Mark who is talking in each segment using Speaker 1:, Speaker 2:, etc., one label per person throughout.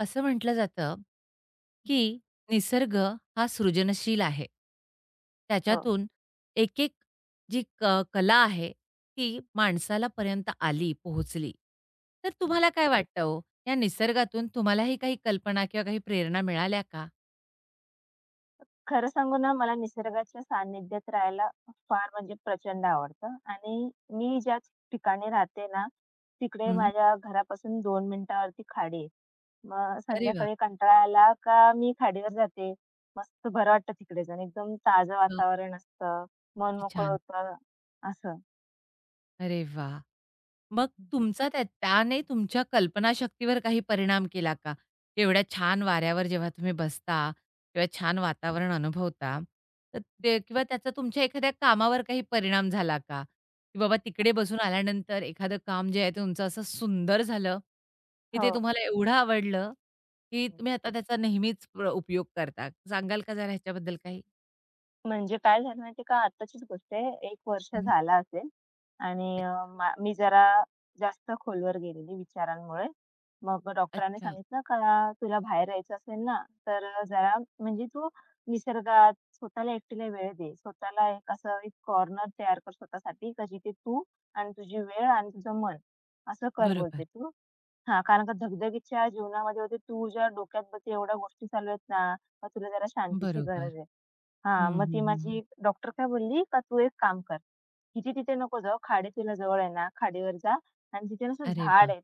Speaker 1: असं म्हटलं जातं,
Speaker 2: हं,
Speaker 1: की निसर्ग हा सृजनशील आहे.
Speaker 2: हो.
Speaker 1: त्याच्यातून एक-एक जी कला आहे, ती माणसाला पर्यंत आली, पोहोचली. तर
Speaker 2: हं.
Speaker 1: तुम्हाला काय हो, वाटतं हो, या निसर्गातून तुम्हालाही काही कल्पना किंवा काही प्रेरणा मिळाल्या का?
Speaker 2: खरं सांगू ना, मला निसर्गाच्या सान्निध्यात राहायला फार म्हणजे प्रचंड आवडतं आणि मी ज्या ठिकाणी राहते ना, तिकडे
Speaker 1: हं, हं.
Speaker 2: माझ्या घरापासून 2 मिनिटावरती खाडी आहे. मग
Speaker 1: अरे वाह!
Speaker 2: संध्याकाळी कंटाळा आला का मी खाडीवर जाते. मस्त बरं वाटतं तिकडे जाऊन. एकदम ताजं
Speaker 1: वाह!
Speaker 2: वातावरण असतं, मन
Speaker 1: किती
Speaker 2: मोकळं
Speaker 1: छान.
Speaker 2: होतं असं.
Speaker 1: अरे वाह! मग तुमचा त्या त्याने तुमच्या कल्पनाशक्तीवर काही परिणाम केला का? एवढ्या छान वाऱ्यावर जेव्हा तुम्ही बसता किंवा छान वातावरण अनुभवता, तर ते किंवा त्याचा तुमच्या एखाद्या कामावर काही परिणाम झाला का? की बाबा तिकडे बसून आल्यानंतर एखादं काम जे आहे ते तुमचं असं सुंदर झालं, की ते तुम्हाला एवढं आवडलं, की
Speaker 2: हो.
Speaker 1: तुम्ही आता त्याचा नेहमीच उपयोग करता. सांगाल का जरा ह्याच्याबद्दल काही?
Speaker 2: म्हणजे काय झालं माहिती आहे का, आत्ताचीच गोष्ट आहे. 1 वर्ष
Speaker 1: हं.
Speaker 2: झाला असेल आणि अ,
Speaker 1: अच्छा,
Speaker 2: मा मी जरा जास्त खोलवर गेलेली विचारांमुळे. मग डॉक्टरांनी
Speaker 1: अच्छा.
Speaker 2: सांगितलं का तुला बाहेर यायचं असेल ना, तर जरा म्हणजे तू निसर्गात स्वतःला एकटीला वेळ दे. स्वतःला एक असं एक कॉर्नर तयार कर स्वतःसाठी, का जिथे तू आणि तुझी वेळ आणि तुझं मन असं कर
Speaker 1: बरोबर,
Speaker 2: बोलते तू. हां, कारण का धगधगीच्या जीवनामध्ये होते तू ज्या डोक्यात बघ एवढ्या गोष्टी चालू आहेत ना, मग तुला जरा शांतीची
Speaker 1: बरोबर.
Speaker 2: गरज आहे. हां,
Speaker 1: हं,
Speaker 2: मग
Speaker 1: हं,
Speaker 2: ती
Speaker 1: हं,
Speaker 2: माझी डॉक्टर काय बोलली, का तू एक काम कर, इथे तिथे नको जाऊ, खाडी तुला जवळ आहे ना, खाडीवर जा आणि तिथे ना असं
Speaker 1: अरे
Speaker 2: झाड
Speaker 1: वाह!
Speaker 2: आहे.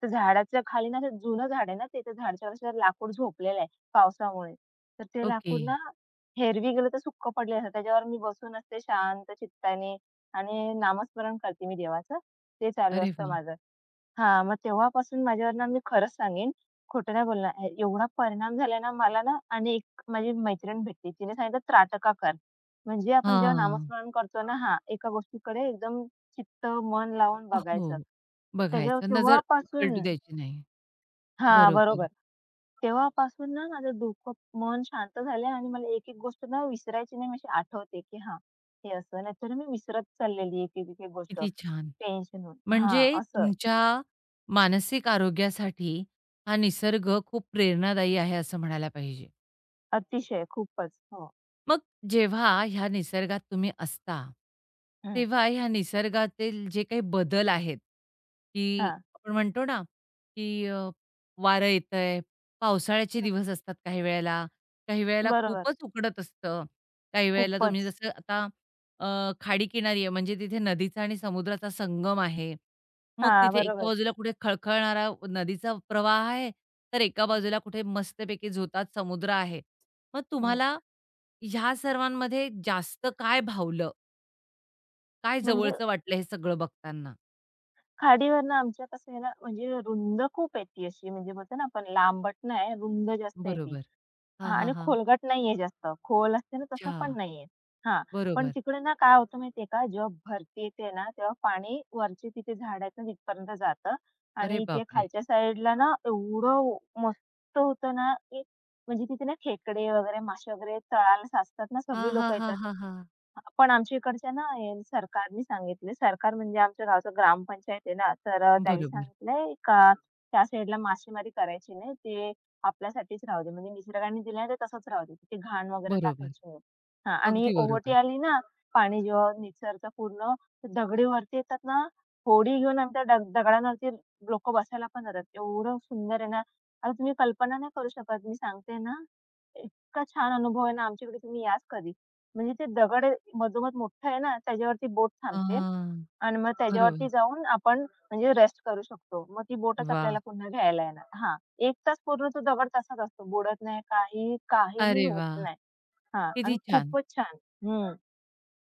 Speaker 2: त्या झाडाच्या खाली ना असं जुनं झाड आहे ना ते, त्या झाडाच्या खाली असं लाकूड झोपलेलं आहे पावसामुळे. तर ते
Speaker 1: ओके.
Speaker 2: लाकूड ना हेरवी गेलं तर सुक्कं पडलेलं असतं. त्याच्यावर मी बसून असते शांत चित्ताने आणि नामस्मरण करते मी देवाचं. ते चालू
Speaker 1: अरे
Speaker 2: असतं
Speaker 1: वाह!
Speaker 2: माझं. हां, मग तेव्हापासून माझ्यावर ना मी खरंच सांगेन, खोटं नाही बोलणार एवढा परिणाम झाला ना मला ना आणि एक माझी मैत्रीण भेटली. तिने सांगितलं त्राटका कर. म्हणजे आपण जेव्हा
Speaker 1: हां.
Speaker 2: नामस्मरण करतो ना हां, एका गोष्टीकडे एकदम चित्त, मन लावून
Speaker 1: हो.
Speaker 2: बघायचं. त्याच्या
Speaker 1: बघायचं नजर पलटू
Speaker 2: तेव्हापासून
Speaker 1: द्यायची नाही.
Speaker 2: हां,
Speaker 1: बरोबर.
Speaker 2: बरोबर. तेव्हापासून ना माझं डोकं, मन शांत झालं आणि मला एक-एक गोष्ट ना विसरायची नाही. मी अशी आठवते, की हां, हे असं. नाहीतर मी विसरत चाललेली एक-एक, एक-एक गोष्ट
Speaker 1: किती छान.
Speaker 2: टेन्शन होऊन. हां,
Speaker 1: म्हणजे
Speaker 2: असं.
Speaker 1: तुमच्या मानसिक आरोग्यासाठी हा निसर्ग खूप प्रेरणादायी आहे असं म्हणायला पाहिजे.
Speaker 2: अतिशय खूपच. हो.
Speaker 1: मग जेव्हा ह्या निसर्गात तुम्ही असता,
Speaker 2: हं.
Speaker 1: तेव्हा ह्या निसर्गातील जे काही बदल आहेत, की
Speaker 2: हां.
Speaker 1: आपण म्हणतो ना, की वारं येतंय, पावसाळ्याचे
Speaker 2: हं,
Speaker 1: दिवस असतात काही वेळेला, काही वेळेला
Speaker 2: बरोबर.
Speaker 1: खूपच उकडत असतं, काही वेळेला तुम्ही
Speaker 2: खूपच.
Speaker 1: जसं आता खाडी किनारी आहे म्हणजे तिथे नदीचा आणि समुद्राचा संगम आहे. मग
Speaker 2: हां,
Speaker 1: तिथे एका
Speaker 2: बरोबर.
Speaker 1: बाजूला कुठे खळखळणारा नदीचा प्रवाह आहे, तर एका बाजूला कुठे मस्तपैकी झोतात समुद्र आहे. मग
Speaker 2: हं,
Speaker 1: तुम्हाला ह्या सर्वांमध्ये जास्त काय भावलं? काय
Speaker 2: म्हणजे
Speaker 1: जवळचं वाटलं हे सगळं बघताना?
Speaker 2: खाडीवरनं आमच्या कसं आहे ना, म्हणजे रुंद खूप आहे ती अशी म्हणजे बोलतो ना आपण लांबट नाही, रुंद जास्त आहे ती.
Speaker 1: बरोबर. हां,
Speaker 2: हां
Speaker 1: हां,
Speaker 2: आणि
Speaker 1: हां.
Speaker 2: खोलगट नाहीये जास्त. खोल असते ना तसं
Speaker 1: अच्छा.
Speaker 2: पण नाहीये. हां, पण
Speaker 1: बरोबर.
Speaker 2: तिकडे ना काय होतं माहितीये का, जेव्हा भरती येते ना, तेव्हा पाणी वरचे तिथे झाड आहेत ना तिथपर्यंत जातं
Speaker 1: अरे
Speaker 2: आणि इथे
Speaker 1: बापरे!
Speaker 2: खालच्या साईडला ना एवढं मस्त होतं ना, की म्हणजे तिथे ना खेकडे वगैरे, मासे वगैरे तळाला साचतात ना,
Speaker 1: हां,
Speaker 2: सगळी
Speaker 1: हां,
Speaker 2: लोकं
Speaker 1: हां,
Speaker 2: येतात.
Speaker 1: हां, हां.
Speaker 2: पण आमच्या इकडच्या ना हे सरकारने सांगितले सरकार म्हणजे आमच्या गावचं ग्रामपंचायत आहे ना, तर त्यांनी
Speaker 1: बरोबर,
Speaker 2: सांगितलंय का त्या साईडला मासेमारी करायची नाही. ते आपल्यासाठीच राहू दे. म्हणजे निसर्गाने दिलं आहे ते तसंच राहू दे. तिथे घाण वगैरे
Speaker 1: बरोबर.
Speaker 2: टाकायची नाही. हां आणि
Speaker 1: अगदी
Speaker 2: ओहोटी
Speaker 1: बरोबर.
Speaker 2: आली ना, पाणी जेव्हा निसरतं पूर्ण, तर दगडीवरती येतात ना, होडी घेऊन आमच्या दगडांवरती लोकं बसायला पण जातात. एवढं सुंदर आहे ना. आता तुम्ही कल्पना नाही करू शकत. मी सांगते ना, इतका छान अनुभव आहे ना आमच्या तुम्ही याच कधी. म्हणजे ते दगड मधोमध मोठं आहे ना, त्याच्यावरती बोट थांबते
Speaker 1: हां.
Speaker 2: आणि मग हां. त्याच्यावरती
Speaker 1: बरोबर.
Speaker 2: जाऊन आपण म्हणजे रेस्ट करू शकतो. मग ती बोटच
Speaker 1: वाह!
Speaker 2: आपल्याला पुन्हा घ्यायला येणार. हां, एक तास पूर्ण तो दगड तसाच असतो. बुडत नाही, काही काहीही
Speaker 1: अरे
Speaker 2: होत
Speaker 1: वाह!
Speaker 2: नाही. हां
Speaker 1: किती
Speaker 2: आणि
Speaker 1: छान.
Speaker 2: खूपच छान. हं,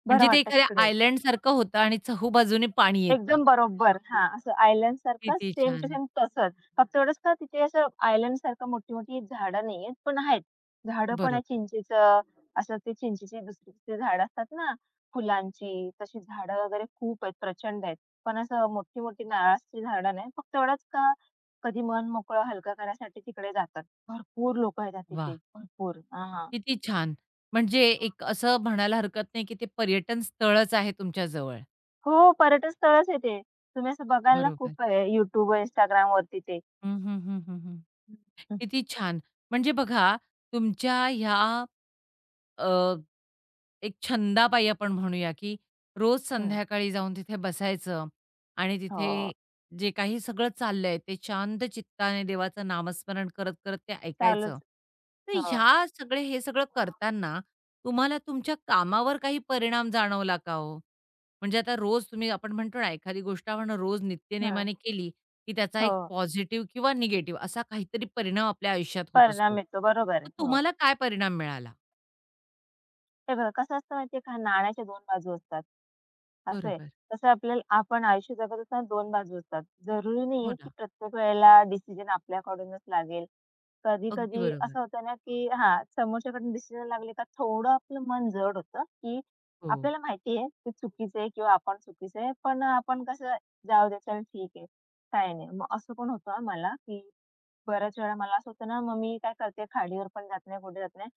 Speaker 2: बरं
Speaker 1: म्हणजे ते
Speaker 2: वाटतं
Speaker 1: एखाद्या
Speaker 2: तिकडे.
Speaker 1: आयलंडसारखं होतं आणि चहूबाजूने पाणी येतं.
Speaker 2: एकदम बरोबर. हां, असं आयलंडसारखं
Speaker 1: किती
Speaker 2: सेम
Speaker 1: छान.
Speaker 2: टू सेम तसंच. फक्त एवढंच का तिथे असं आयलंडसारखं मोठी-मोठी झाडं नाहीयेत, पण आहेत. झाडं पण आहेत
Speaker 1: बरोबर.
Speaker 2: चिंचेचं, असं ते चिंचेची दुसरी-दुसरी झाडं असतात ना फुलांची, तशी झाडं वगैरे खूप आहेत, प्रचंड आहेत. पण असं मोठी-मोठी नारळाची झाडं नाही. फक्त एवढंच का कधी मन मोकळं हलकं करण्यासाठी तिकडे जातात. भरपूर लोकं येतात तिथे,
Speaker 1: वाह!
Speaker 2: भरपूर. हां.
Speaker 1: किती छान. म्हणजे एक असं म्हणायला हरकत नाही, की ते पर्यटन स्थळच आहे तुमच्या जवळ.
Speaker 2: हो, पर्यटन स्थळच आहे ते. तुम्ही असं बघाल ना
Speaker 1: बरोबर.
Speaker 2: खूप आहे YouTubeवर, Instagramवरती ते.
Speaker 1: हं, हं, हं, हं, हं.
Speaker 2: हं,
Speaker 1: किती छान! म्हणजे बघा तुमच्या ह्या अ, एक छंदापायी आपण म्हणूया, की रोज
Speaker 2: हं.
Speaker 1: संध्याकाळी जाऊन तिथे बसायचं आणि तिथे
Speaker 2: हो,
Speaker 1: जे काही सगळं चाललंय ते शांत चित्ताने देवाचं नामस्मरण करत-करत ते ऐकायचं.
Speaker 2: चालूच.
Speaker 1: तर
Speaker 2: हो.
Speaker 1: ह्या सगळे हे सगळं करताना तुम्हाला तुमच्या कामावर काही परिणाम जाणवला का हो? म्हणजे आता रोज तुम्ही आपण म्हणतो ना, एखादी गोष्ट आपण रोज
Speaker 2: हां.
Speaker 1: नित्यनेमाने केली, की त्याचा एक
Speaker 2: हो.
Speaker 1: पॉझिटिव्ह किंवा निगेटिव्ह असा काहीतरी परिणाम आपल्या आयुष्यात होत असतो.
Speaker 2: परिणाम येतो. बरोबर
Speaker 1: तर
Speaker 2: आहे. हो.
Speaker 1: तुम्हाला काय परिणाम मिळाला?
Speaker 2: हे बघा कसं असतं माहिती आहे का? नाण्याच्या 2 बाजू असतात. असं आहे.
Speaker 1: बरोबर.
Speaker 2: तसं आपल्याला आपण आयुष्य जगत असताना 2 बाजू असतात. जरुरी
Speaker 1: हो
Speaker 2: नाहीये की
Speaker 1: ना.
Speaker 2: प्रत्येक वेळेला डिसिजन आपल्याकडूनच लागेल.
Speaker 1: अगदी
Speaker 2: कधी-कधी
Speaker 1: बरोबर.
Speaker 2: असं होतं ना की हां, समोरच्याकडून डिसिजन लागले का थोडं आपलं मन जड होतं, की
Speaker 1: हो.
Speaker 2: आपल्याला माहिती आहे ते चुकीचं आहे किंवा आपण चुकीचं आहे. पण आपण कसं जाऊ दे चल ठीक आहे. काही नाही. मग असं पण होतं मला की बऱ्याच वेळा मला असं होतं ना, मग मी काय करते खाडीवर पण जात नाही, कुठे जात नाही.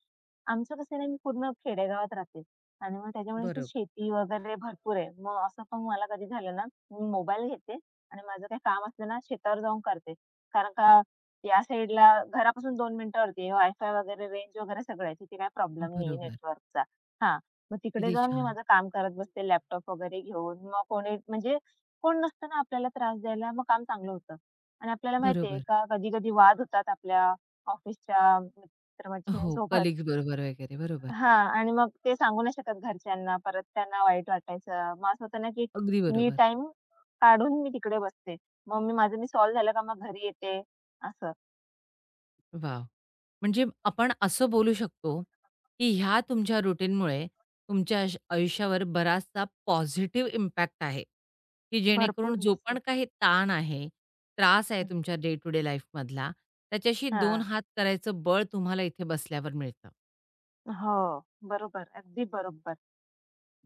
Speaker 2: आमचं कसं आहे ना, मी पूर्ण खेडेगावात राहते आणि मग त्याच्यामुळे असं
Speaker 1: बरोबर.
Speaker 2: शेती वगैरे भरपूर आहे. मग असं पण मला कधी झालं ना, मी मोबाईल घेते आणि माझं काही काम असलं ना, शेतावर जाऊन करते. कारण का या साईडला घरापासून 2 मिनिटावरती आहे. वायफाय वगैरे, रेंज वगैरे सगळं आहे. तिथे काही प्रॉब्लेम नाहीये
Speaker 1: बरोबर.
Speaker 2: नेटवर्कचा. हां, मग तिकडे
Speaker 1: किती
Speaker 2: जाऊन मी
Speaker 1: छान.
Speaker 2: माझं काम करत बसते लॅपटॉप वगैरे घेऊन. मग कोणी म्हणजे कोण नसतं ना आपल्याला त्रास द्यायला, मग काम चांगलं होतं. आणि आपल्याला माहिती आहे
Speaker 1: बरोबर.
Speaker 2: का कधी-कधी वाद होतात आपल्या ऑफिसच्या
Speaker 1: हो,
Speaker 2: मित्र-मैत्रिणींसोबत.
Speaker 1: कलीग्स बरोबर वगैरे. बरोबर.
Speaker 2: हां. आणि मग ते सांगू नाही शकत घरच्यांना. परत त्यांना वाईट वाटायचं. मग असं होतं ना, की
Speaker 1: अगदी
Speaker 2: मी
Speaker 1: बरोबर.
Speaker 2: टाईम काढून मी तिकडे बसते. मग मी सॉल्व्ह झालं का मग घरी येते. असं
Speaker 1: वाह! म्हणजे आपण असं बोलू शकतो, की ह्या तुमच्या रुटीनमुळे तुमच्या आयुष्यावर बराचसा पॉझिटिव्ह इम्पॅक्ट आहे, की जेणेकरून
Speaker 2: भरपूर
Speaker 1: जो पण
Speaker 2: असं.
Speaker 1: काही ताण आहे, त्रास आहे
Speaker 2: हं.
Speaker 1: तुमच्या डे टू डे लाईफमधला, त्याच्याशी 2 हात करायचं बळ तुम्हाला इथे बसल्यावर मिळतं.
Speaker 2: हो. बरोबर. अगदी बरोबर.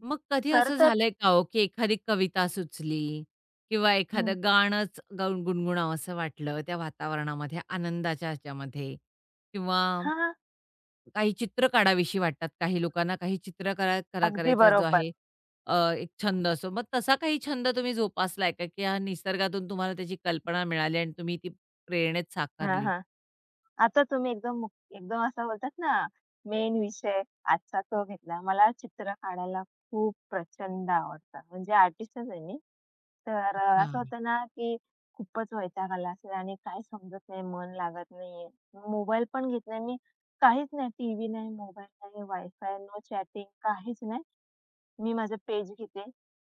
Speaker 1: मग कधी
Speaker 2: खरं
Speaker 1: असं
Speaker 2: तर
Speaker 1: झालंय का हो, की एखादी कविता सुचली किंवा
Speaker 2: हं.
Speaker 1: एखादं गाणंच गाऊन गुणगुणावसं वाटलं त्या वातावरणामध्ये, आनंदाच्या ह्याच्यामध्ये किंवा
Speaker 2: हां, हां.
Speaker 1: काही चित्र काढावीशी वाटतात काही लोकांना, काही चित्र कला
Speaker 2: अगदी
Speaker 1: करायचा जो
Speaker 2: बरोबर.
Speaker 1: आहे एक छंद असतो. मग तसा काही छंद तुम्ही जोपासलाय का? की हा निसर्गातून तुम्हाला त्याची कल्पना मिळाली आणि तुम्ही ती प्रेरणेत
Speaker 2: हां,
Speaker 1: साकारली?
Speaker 2: हां. आता तुम्ही एकदम एकदम असं बोलतात ना, मेन विषय आजचा तो घेतला. मला चित्र काढायला खूप प्रचंड आवडतं. म्हणजे आर्टिस्टच आहे मी. तर
Speaker 1: अच्छा,
Speaker 2: असं होतं ना, की खूपच वैताग आला असेल आणि काही समजत नाही, मन लागत नाहीये. मोबाईल पण घेत नाही मी. काहीच नाही, टीव्ही नाही, मोबाईल नाही, वायफाय, नो चॅटिंग, काहीच नाही. मी माझं पेज घेते,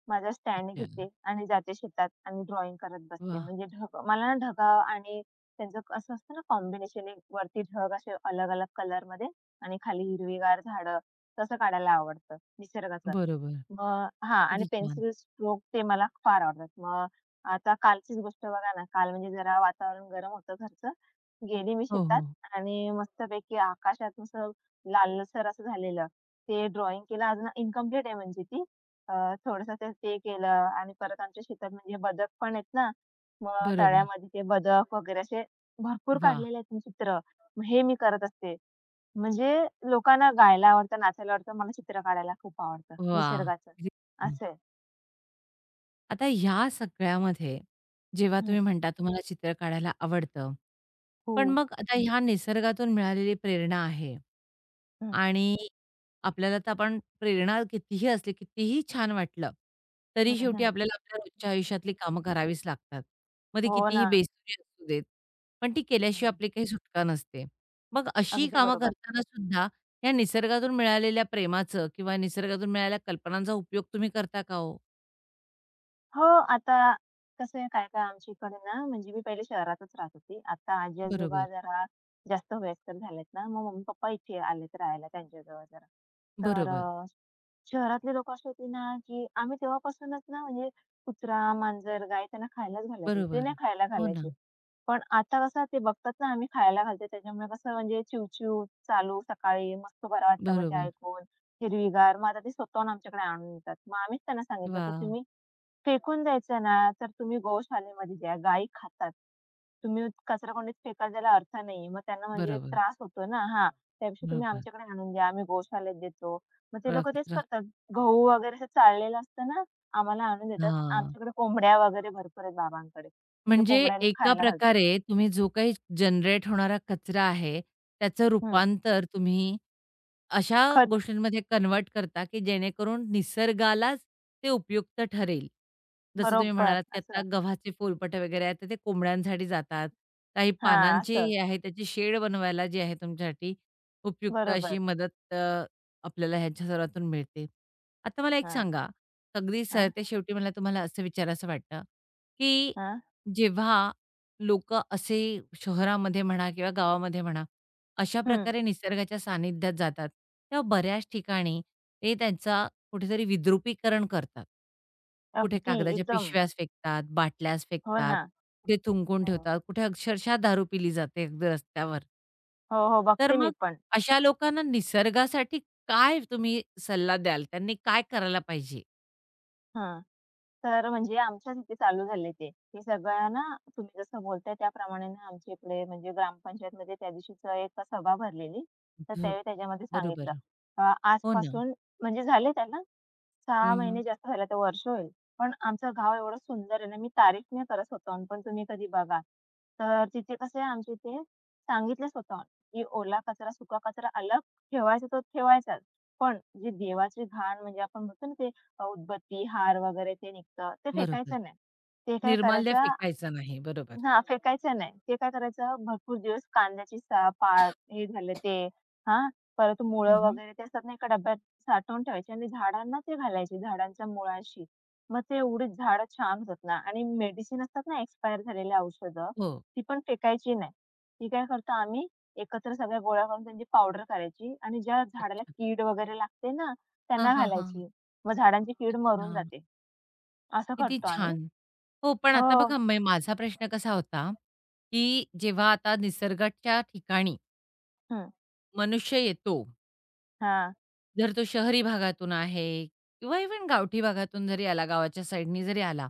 Speaker 2: माझा स्टँड
Speaker 1: अच्छा.
Speaker 2: घेते आणि जाते शेतात आणि ड्रॉइंग करत बसते.
Speaker 1: वाह!
Speaker 2: म्हणजे ढग मला ना आणि असं असतं ना कॉम्बिनेशन एक वरती ढग असे अलग-अलग कलरमध्ये आणि खाली हिरवीगार झाडं, तसं काढायला आवडतं निसर्गाचं.
Speaker 1: बरोबर.
Speaker 2: मग हां आणि
Speaker 1: किती छान.
Speaker 2: पेन्सिल स्ट्रोक ते मला फार आवडतात. मग आता कालचीच गोष्ट बघा ना, काल म्हणजे जरा वातावरण गरम होतं घरचं. गेली मी
Speaker 1: हो,
Speaker 2: शेतात
Speaker 1: हो.
Speaker 2: आणि मस्तपैकी आकाशात असं लालसर असं झालेलं. ते ड्रॉइंग केलं अजून इन्कम्प्लीट आहे म्हणजे ती. अ, ते ते केलं आणि परत आमच्या शेतात म्हणजे बदक पण आहेत ना, मग
Speaker 1: बरोबर.
Speaker 2: तळ्यामध्ये ते बदक वगैरे असे भरपूर
Speaker 1: वाह!
Speaker 2: काढलेले आहेत मी चित्र. मग हे मी करत असते. म्हणजे लोकांना गायला आवडतं, नाचायला आवडतं. मला चित्र काढायला खूप आवडतं
Speaker 1: वाह!
Speaker 2: निसर्गाचं.
Speaker 1: किती छान.
Speaker 2: असं आहे.
Speaker 1: आता ह्या सगळ्यामध्ये जेव्हा तुम्ही
Speaker 2: हं.
Speaker 1: म्हणता तुम्हाला चित्र काढायला आवडतं.
Speaker 2: हो.
Speaker 1: पण मग आता ह्या निसर्गातून मिळालेली प्रेरणा आहे
Speaker 2: हं,
Speaker 1: आणि आपल्याला तर आपण प्रेरणा कितीही असली, कितीही छान वाटलं, तरी
Speaker 2: हं,
Speaker 1: शेवटी
Speaker 2: हं.
Speaker 1: आपल्याला आपल्या रोजच्या आयुष्यातली कामं करावीच लागतात. मग ती
Speaker 2: हो
Speaker 1: कितीही
Speaker 2: ना.
Speaker 1: बेसुरी असू देत, पण ती केल्याशिवाय
Speaker 2: हं.
Speaker 1: आपली काही सुटका नसते. मग अशी
Speaker 2: अगदी
Speaker 1: कामं
Speaker 2: बरोबर.
Speaker 1: करताना सुद्धा या निसर्गातून मिळालेल्या प्रेमाचं किंवा निसर्गातून मिळालेल्या कल्पनांचा उपयोग तुम्ही करता का हो?
Speaker 2: हो, आता कसं आहे काय-काय आमच्या इकडे ना, म्हणजे मी पहिले शहरातच राहत होती. आता आजी-आजोबा
Speaker 1: बरोबर.
Speaker 2: जरा जास्त वयस्कर झालेत ना, मग मम्मी-पप्पा इथे आलेत राहायला त्यांच्याजवळ जरा. तर
Speaker 1: बरोबर,
Speaker 2: शहरातले लोकं असे होते ना, की आम्ही तेव्हापासूनच ना, म्हणजे कुत्रा, मांजर, गाय त्यांना खायलाच घालायचो. ते
Speaker 1: बरोबर.
Speaker 2: नाही खायला
Speaker 1: हो ना.
Speaker 2: घालायचे. पण आता कसं ते बघतात ना आम्ही खायला घालते त्याच्यामुळे कसं म्हणजे चिवचिव चालू सकाळी मस्त बरं वाटतं मग ते
Speaker 1: बरोबर.
Speaker 2: ऐकून. हिरवीगार. मग आता ते स्वतःहून आमच्याकडे आणून देतात. मग आम्हीच त्यांना सांगितलं,
Speaker 1: वा
Speaker 2: की "तुम्ही फेकून द्यायचं ना, तर तुम्ही गोशाळेमध्ये द्या. गायी खातात. तुम्ही कचराकुंडीत फेकाल त्याला अर्थ नाहीये." मग त्यांना म्हणजे
Speaker 1: बरोबर,
Speaker 2: त्रास होतो ना हां, त्यापेक्षा तुम्ही
Speaker 1: बरोबर.
Speaker 2: आमच्याकडे आणून द्या. आम्ही गोशाळेत देतो. मग ते लोकं तेच
Speaker 1: ओळख
Speaker 2: करतात. गहू वगैरे असं चाललेलं असतं ना, आम्हाला आणून देतात.
Speaker 1: हां.
Speaker 2: आमच्याकडे कोंबड्या वगैरे भरपूर आहेत बाबांकडे. मग ते
Speaker 1: म्हणजे
Speaker 2: कोंबड्यांना
Speaker 1: एका
Speaker 2: खायला घालतो.
Speaker 1: प्रकारे तुम्ही जो काही जनरेट होणारा कचरा आहे, त्याचं रूपांतर तुम्ही अशा
Speaker 2: खत,
Speaker 1: गोष्टींमध्ये कन्व्हर्ट करता, की जेणेकरून निसर्गालाच ते उपयुक्त ठरेल. जसं तुम्ही
Speaker 2: बरोबर
Speaker 1: म्हणालात, की आता
Speaker 2: असं.
Speaker 1: गव्हाचे फुलपट वगैरे आहेत, तर ते कोंबड्यांसाठी जातात. काही
Speaker 2: हां,
Speaker 1: पानांची
Speaker 2: असं.
Speaker 1: हे आहे, त्याची शेड बनवायला जी आहे तुमच्यासाठी उपयुक्त अशी
Speaker 2: बरोबर.
Speaker 1: मदत आपल्याला ह्याच्या सर्वातून मिळते. आता मला एक
Speaker 2: हां,
Speaker 1: सांगा, अगदी
Speaker 2: हां,
Speaker 1: सरते शेवटी मला तुम्हाला असं विचारावसं वाटतं, की
Speaker 2: हां.
Speaker 1: जेव्हा लोकं असे शहरामध्ये म्हणा किंवा गावामध्ये म्हणा, अशा
Speaker 2: हं.
Speaker 1: प्रकारे निसर्गाच्या सानिध्यात जातात, तेव्हा बऱ्याच ठिकाणी ते त्यांचा कुठेतरी विद्रुपीकरण करतात. कुठे
Speaker 2: अगदी
Speaker 1: कागदाच्या
Speaker 2: एकदम.
Speaker 1: पिशव्याच फेकतात, बाटल्याच
Speaker 2: हो
Speaker 1: फेकतात,
Speaker 2: ना.
Speaker 1: कुठे थुंकून
Speaker 2: हो.
Speaker 1: ठेवतात, कुठे अक्षरशः दारू पिली जाते अगदी रस्त्यावर.
Speaker 2: हो, हो.
Speaker 1: तर
Speaker 2: बघते मी
Speaker 1: मग
Speaker 2: पण.
Speaker 1: अशा लोकांना निसर्गासाठी काय तुम्ही सल्ला द्याल? त्यांनी काय करायला पाहिजे?
Speaker 2: हां. तर म्हणजे आमच्याच इथे चालू झाले ते. हे सगळं ना तुम्ही जसं बोलताय त्याप्रमाणे ना आमच्या इकडे म्हणजे ग्रामपंचायतमध्ये त्या दिवशीच एक सभा भरलेली. तर
Speaker 1: भ-
Speaker 2: त्यावेळी त्याच्यामध्ये सांगितलं.
Speaker 1: बरोबर. हो ना.
Speaker 2: आजपासून म्हणजे झाले त्याला 6
Speaker 1: हं, हं.
Speaker 2: महिने जास्त झाले, आता वर्ष होईल. पण आमचं गाव एवढं सुंदर आहे ना, मी तारीफ नाही करत स्वतःहून, पण तुम्ही कधी बघा. तर तिथे कसं आहे, आमच्या इथे सांगितलं स्वतःहून, की ओला कचरा, सुका कचरा अलग ठेवायचा तो ठेवायचाच. पण जे देवाची घाण म्हणजे आपण म्हणतो ना, ते उदबत्ती, हार वगैरे ते निघतं, ते
Speaker 1: बरोबर.
Speaker 2: फेकायचं नाही. ते काय
Speaker 1: निर्माल्य
Speaker 2: करायचं
Speaker 1: फेकायचं नाही. बरोबर.
Speaker 2: हां, फेकायचं नाही. ते काय करायचं भरपूर दिवस कांद्याची पात हे झालं ते हां, परत मुळं
Speaker 1: हं,
Speaker 2: वगैरे ते असतात ना एका डब्यात साठवून ठेवायचे आणि झाडांना ते घालायचे झाडांच्या मुळाशी. मग ते एवढी झाडं छान होतात ना आणि मेडिसिन असतात ना एक्सपायर झालेली औषधं,
Speaker 1: हो.
Speaker 2: ती पण फेकायची नाही. ती काय करतो आम्ही एकत्र सगळ्या गोळा करून त्यांची पावडर करायची आणि ज्या झाडाला
Speaker 1: अच्छा.
Speaker 2: कीड वगैरे लागते ना,
Speaker 1: हां,
Speaker 2: त्यांना
Speaker 1: हां, हां.
Speaker 2: घालायची. मग झाडांची कीड मरून
Speaker 1: हां.
Speaker 2: जाते. असं
Speaker 1: किती
Speaker 2: करतो आम्ही.
Speaker 1: छान. हो, पण आता
Speaker 2: हो.
Speaker 1: बघा माझा प्रश्न कसा होता, की जेव्हा आता निसर्गाच्या ठिकाणी
Speaker 2: हं.
Speaker 1: मनुष्य येतो,
Speaker 2: हां.
Speaker 1: जर तो शहरी भागातून आहे किंवा इव्हन गावठी भागातून जरी आला, गावाच्या साईडनी जरी आला,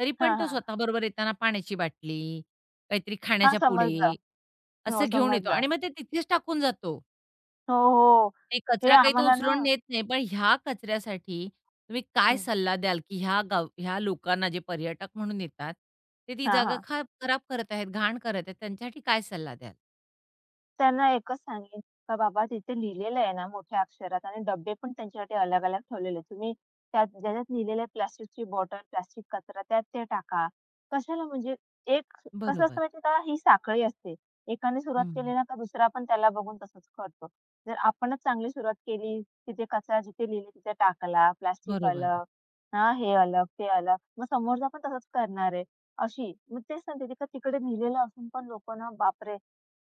Speaker 1: तरी पण
Speaker 2: हां,
Speaker 1: तो
Speaker 2: हां.
Speaker 1: स्वतःबरोबर येताना पाण्याची बाटली, काहीतरी
Speaker 2: हां,
Speaker 1: खाण्याच्या पुडे
Speaker 2: समजलं.
Speaker 1: असं
Speaker 2: हो,
Speaker 1: घेऊन येतो
Speaker 2: समजलं.
Speaker 1: आणि मग ते तिथेच टाकून जातो.
Speaker 2: हो, हो.
Speaker 1: ते
Speaker 2: हे
Speaker 1: कचरा काही तो
Speaker 2: आम्हाला ना
Speaker 1: उचलून नेत नाही. पण ह्या कचऱ्यासाठी तुम्ही काय
Speaker 2: हं.
Speaker 1: सल्ला द्याल, की ह्या ह्या लोकांना जे पर्यटक म्हणून येतात, ते ती
Speaker 2: हां,
Speaker 1: जागा
Speaker 2: हां.
Speaker 1: खराब करत आहेत, घाण करत आहेत. त्यांच्यासाठी काय सल्ला द्याल?
Speaker 2: त्यांना एकच सांगेन, का बाबा तिथे लिहिलेलं आहे ना मोठ्या अक्षरात आणि डब्बे पण त्यांच्यासाठी अलग-अलग ठेवलेले आहेत. तुम्ही त्यात ज्याच्यात लिहिलेलं आहे प्लास्टिकची बॉटल, प्लास्टिक कचरा त्यात ते टाका. कशाला म्हणजे एक कसं
Speaker 1: बरोबर.
Speaker 2: असतं माहिती का? ही साखळी असते. एकाने सुरुवात
Speaker 1: हं,
Speaker 2: केली ना का दुसरा पण त्याला बघून तसंच करतो. जर आपणच चांगली सुरुवात केली, तिथे कचरा जिथे लिहिले तिथे टाकला, प्लास्टिक
Speaker 1: बरोबर,
Speaker 2: अलग, हां, हे अलग, ते अलग. मग समोरचा पण तसंच करणार आहे. अशी. मग तेच सांगते, ते का तिकडे लिहिलेलं असून पण लोकं ना बापरे!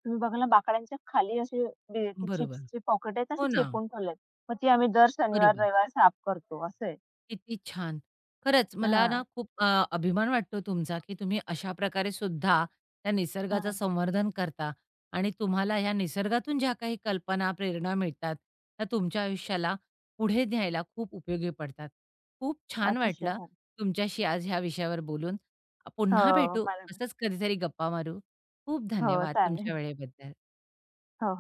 Speaker 2: तुम्ही बघा ना बाकड्यांच्या खाली असे ते
Speaker 1: बरोबर.
Speaker 2: चिप्सचे पॉकेट आहेत
Speaker 1: हो
Speaker 2: असे
Speaker 1: ना,
Speaker 2: चेपून ठेवलेत. मग ती आम्ही दर शनिवार,
Speaker 1: बरोबर.
Speaker 2: रविवार साफ करतो असं आहे.
Speaker 1: किती छान! खरंच मला ना
Speaker 2: हां,
Speaker 1: खूप अभिमान वाटतो तुमचा, की तुम्ही अशा प्रकारे सुद्धा त्या निसर्गाचं
Speaker 2: हां.
Speaker 1: संवर्धन करता आणि तुम्हाला ह्या निसर्गातून ज्या काही कल्पना, प्रेरणा मिळतात, त्या तुमच्या आयुष्याला पुढे न्यायला खूप उपयोगी पडतात. खूप छान
Speaker 2: अतिशय.
Speaker 1: वाटलं
Speaker 2: हां.
Speaker 1: तुमच्याशी आज ह्या विषयावर बोलून. पुन्हा
Speaker 2: हो,
Speaker 1: भेटू,
Speaker 2: मला पण.
Speaker 1: असंच कधीतरी गप्पा मारू. खूप
Speaker 2: हो,
Speaker 1: धन्यवाद तुमच्या
Speaker 2: चालेल.
Speaker 1: वेळेबद्दल.
Speaker 2: हो.